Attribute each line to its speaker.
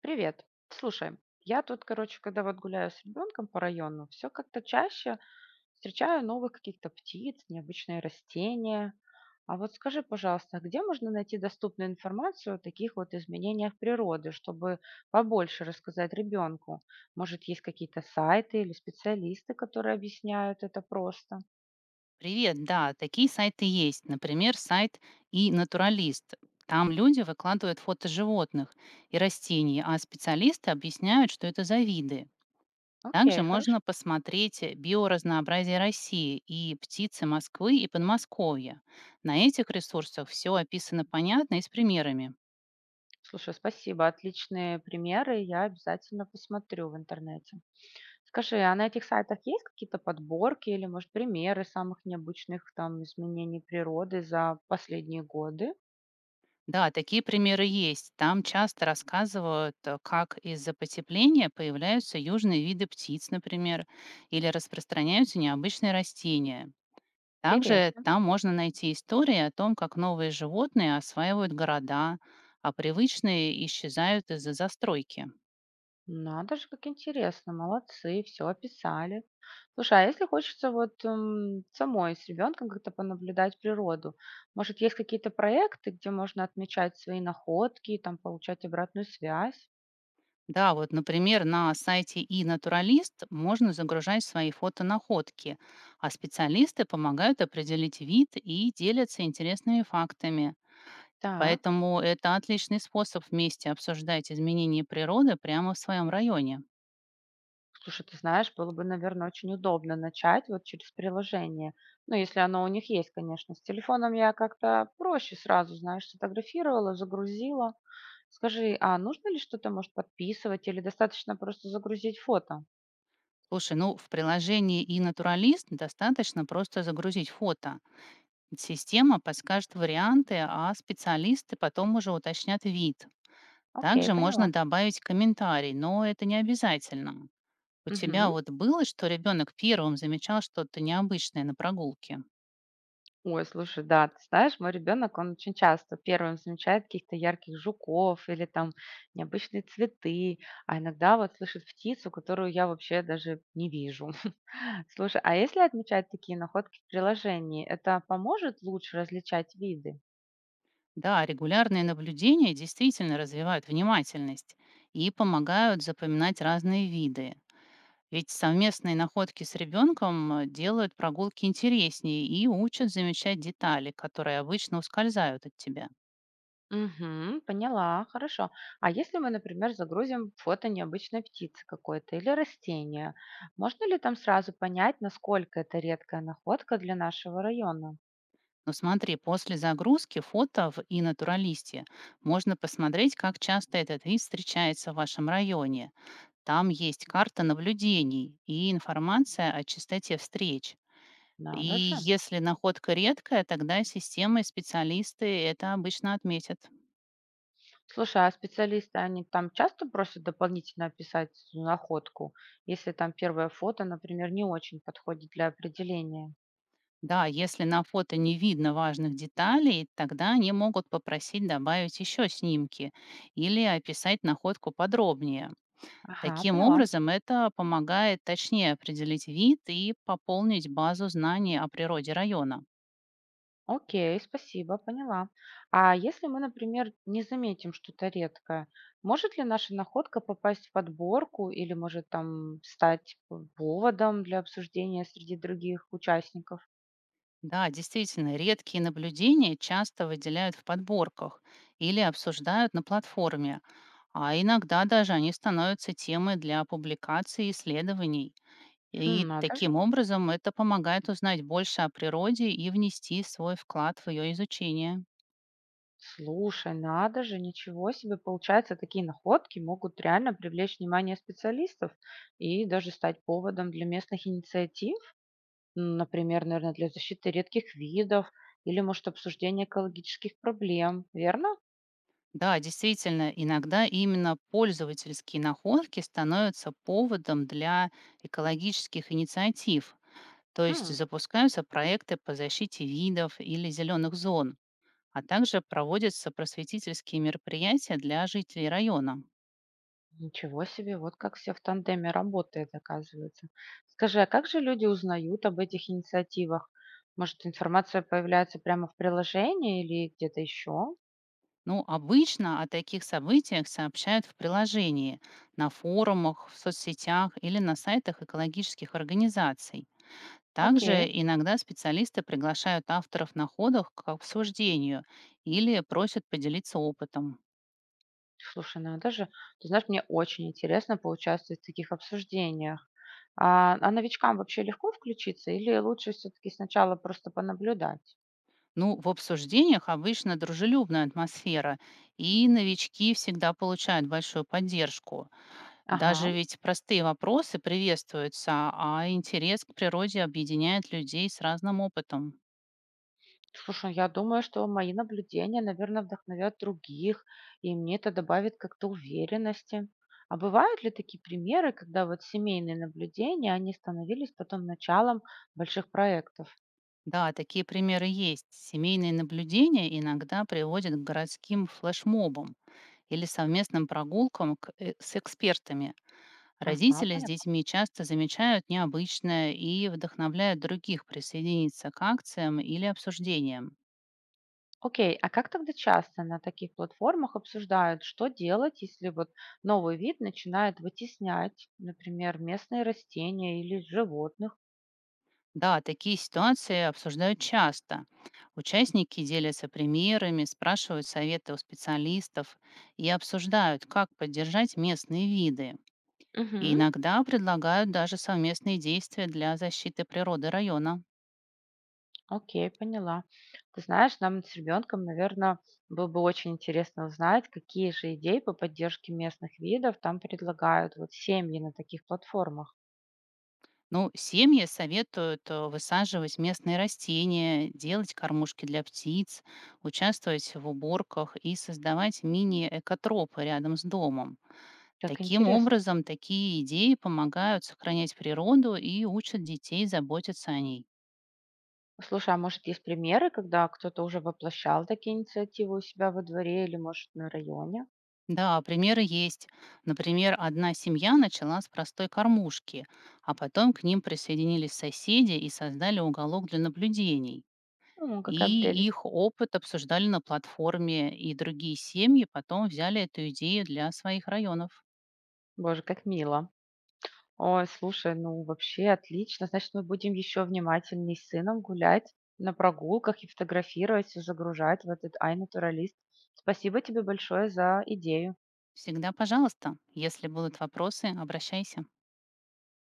Speaker 1: Привет. Слушай, я тут, короче, когда вот гуляю с ребенком по району, все как-то чаще встречаю новых каких-то птиц, необычные растения. А вот скажи, пожалуйста, где можно найти доступную информацию о таких вот изменениях природы, чтобы побольше рассказать ребенку? Может, есть какие-то сайты или специалисты, которые объясняют это просто?
Speaker 2: Привет, да, такие сайты есть. Например, сайт и натуралист. Там люди выкладывают фото животных и растений, а специалисты объясняют, что это за виды. Также
Speaker 1: Окей, хорошо.
Speaker 2: можно посмотреть биоразнообразие России и птицы Москвы и Подмосковья. На этих ресурсах все описано понятно и с примерами.
Speaker 1: Слушай, спасибо. Отличные примеры. Я обязательно посмотрю в интернете. Скажи, а на этих сайтах есть какие-то подборки или, может, примеры самых необычных там изменений природы за последние годы?
Speaker 2: Да, такие примеры есть. Там часто рассказывают, как из-за потепления появляются южные виды птиц, например, или распространяются необычные растения. Также
Speaker 1: Интересно.
Speaker 2: там можно найти истории о том, как новые животные осваивают города, а привычные исчезают из-за застройки.
Speaker 1: Надо же, как интересно, молодцы, все описали. Слушай, а если хочется вот самой с ребенком как-то понаблюдать природу, может, есть какие-то проекты, где можно отмечать свои находки, там получать обратную связь?
Speaker 2: Да, вот, например, на сайте и натуралист можно загружать свои фотонаходки, а специалисты помогают определить вид и делятся интересными фактами.
Speaker 1: Так.
Speaker 2: Поэтому это отличный способ вместе обсуждать изменения природы прямо в своем районе.
Speaker 1: Слушай, ты знаешь, было бы, наверное, очень удобно начать вот через приложение. Ну, если оно у них есть, конечно. С телефоном я как-то проще сразу, знаешь, сфотографировала, загрузила. Скажи, а нужно ли что-то, может, подписывать или достаточно просто загрузить фото?
Speaker 2: Слушай, ну в приложении и натуралист достаточно просто загрузить фото, система подскажет варианты, а специалисты потом уже уточнят вид.
Speaker 1: Окей,
Speaker 2: Также
Speaker 1: поняла.
Speaker 2: можно добавить комментарий, но это не обязательно. У тебя
Speaker 1: Мгм.
Speaker 2: вот было, что ребенок первым замечал что-то необычное на прогулке?
Speaker 1: Ой, слушай, да, ты знаешь, мой ребенок, он очень часто первым замечает каких-то ярких жуков или там необычные цветы, а иногда вот слышит птицу, которую я вообще даже не вижу. Слушай, а если отмечать такие находки в приложении, это поможет лучше различать виды?
Speaker 2: Да, регулярные наблюдения действительно развивают внимательность и помогают запоминать разные виды. Ведь совместные находки с ребенком делают прогулки интереснее и учат замечать детали, которые обычно ускользают от тебя.
Speaker 1: Угу, поняла, хорошо. А если мы, например, загрузим фото необычной птицы какой-то или растения, можно ли там сразу понять, насколько это редкая находка для нашего района?
Speaker 2: Но смотри, после загрузки фото в и натуралисте можно посмотреть, как часто этот вид встречается в вашем районе. Там есть карта наблюдений и информация о частоте встреч. И
Speaker 1: Надо же.
Speaker 2: если находка редкая, тогда система и специалисты это обычно отметят.
Speaker 1: Слушай, а специалисты, они там часто просят дополнительно описать находку, если там первое фото, например, не очень подходит для определения?
Speaker 2: Да, если на фото не видно важных деталей, тогда они могут попросить добавить еще снимки или описать находку подробнее.
Speaker 1: Ага,
Speaker 2: Таким
Speaker 1: поняла.
Speaker 2: образом, это помогает точнее определить вид и пополнить базу знаний о природе района.
Speaker 1: Окей, спасибо, поняла. А если мы, например, не заметим что-то редкое, может ли наша находка попасть в подборку или может там стать поводом для обсуждения среди других участников?
Speaker 2: Да, действительно, редкие наблюдения часто выделяют в подборках или обсуждают на платформе, а иногда даже они становятся темой для публикаций и исследований.
Speaker 1: Хм,
Speaker 2: И
Speaker 1: надо же.
Speaker 2: таким образом это помогает узнать больше о природе и внести свой вклад в ее изучение.
Speaker 1: Слушай, надо же, ничего себе. Получается, такие находки могут реально привлечь внимание специалистов и даже стать поводом для местных инициатив, например, наверное, для защиты редких видов или, может, обсуждения экологических проблем, верно?
Speaker 2: Да, действительно, иногда именно пользовательские находки становятся поводом для экологических инициатив, то есть
Speaker 1: Хм.
Speaker 2: запускаются проекты по защите видов или зеленых зон, а также проводятся просветительские мероприятия для жителей района.
Speaker 1: Ничего себе, вот как все в тандеме работает, оказывается. Скажи, а как же люди узнают об этих инициативах? Может, информация появляется прямо в приложении или где-то еще?
Speaker 2: Ну, обычно о таких событиях сообщают в приложении, на форумах, в соцсетях или на сайтах экологических организаций.
Speaker 1: Окей.
Speaker 2: Также иногда специалисты приглашают авторов находок к обсуждению или просят поделиться опытом.
Speaker 1: Слушай, надо же. Ты знаешь, мне очень интересно поучаствовать в таких обсуждениях. А новичкам вообще легко включиться или лучше все-таки сначала просто понаблюдать?
Speaker 2: Ну, в обсуждениях обычно дружелюбная атмосфера, и новички всегда получают большую поддержку.
Speaker 1: Ага.
Speaker 2: Даже ведь простые вопросы приветствуются, а интерес к природе объединяет людей с разным опытом.
Speaker 1: Слушай, я думаю, что мои наблюдения, наверное, вдохновят других, и мне это добавит как-то уверенности. А бывают ли такие примеры, когда вот семейные наблюдения, они становились потом началом больших проектов?
Speaker 2: Да, такие примеры есть. Семейные наблюдения иногда приводят к городским флешмобам или совместным прогулкам с экспертами.
Speaker 1: Ага,
Speaker 2: Родители с
Speaker 1: понятно.
Speaker 2: детьми часто замечают необычное и вдохновляют других присоединиться к акциям или обсуждениям.
Speaker 1: Окей, а как тогда часто на таких платформах обсуждают, что делать, если вот новый вид начинает вытеснять, например, местные растения или животных?
Speaker 2: Да, такие ситуации обсуждают часто. Участники делятся примерами, спрашивают советы у специалистов и обсуждают, как поддержать местные виды. И
Speaker 1: Мгм.
Speaker 2: иногда предлагают даже совместные действия для защиты природы района.
Speaker 1: Окей, поняла. Ты знаешь, нам с ребенком, наверное, было бы очень интересно узнать, какие же идеи по поддержке местных видов там предлагают вот семьи на таких платформах.
Speaker 2: Ну, семьи советуют высаживать местные растения, делать кормушки для птиц, участвовать в уборках и создавать мини-экотропы рядом с домом.
Speaker 1: Так
Speaker 2: Таким
Speaker 1: интересно.
Speaker 2: образом, такие идеи помогают сохранять природу и учат детей заботиться о ней.
Speaker 1: Слушай, а может есть примеры, когда кто-то уже воплощал такие инициативы у себя во дворе или, может, на районе?
Speaker 2: Да, примеры есть. Например, одна семья начала с простой кормушки, а потом к ним присоединились соседи и создали уголок для наблюдений.
Speaker 1: Ну,
Speaker 2: И
Speaker 1: какая прелесть.
Speaker 2: их опыт обсуждали на платформе, и другие семьи потом взяли эту идею для своих районов.
Speaker 1: Боже, как мило. Ой, слушай, ну вообще отлично. Значит, мы будем еще внимательнее с сыном гулять на прогулках и фотографировать, и загружать в этот iNaturalist. Спасибо тебе большое за идею.
Speaker 2: Всегда, пожалуйста, если будут вопросы, обращайся.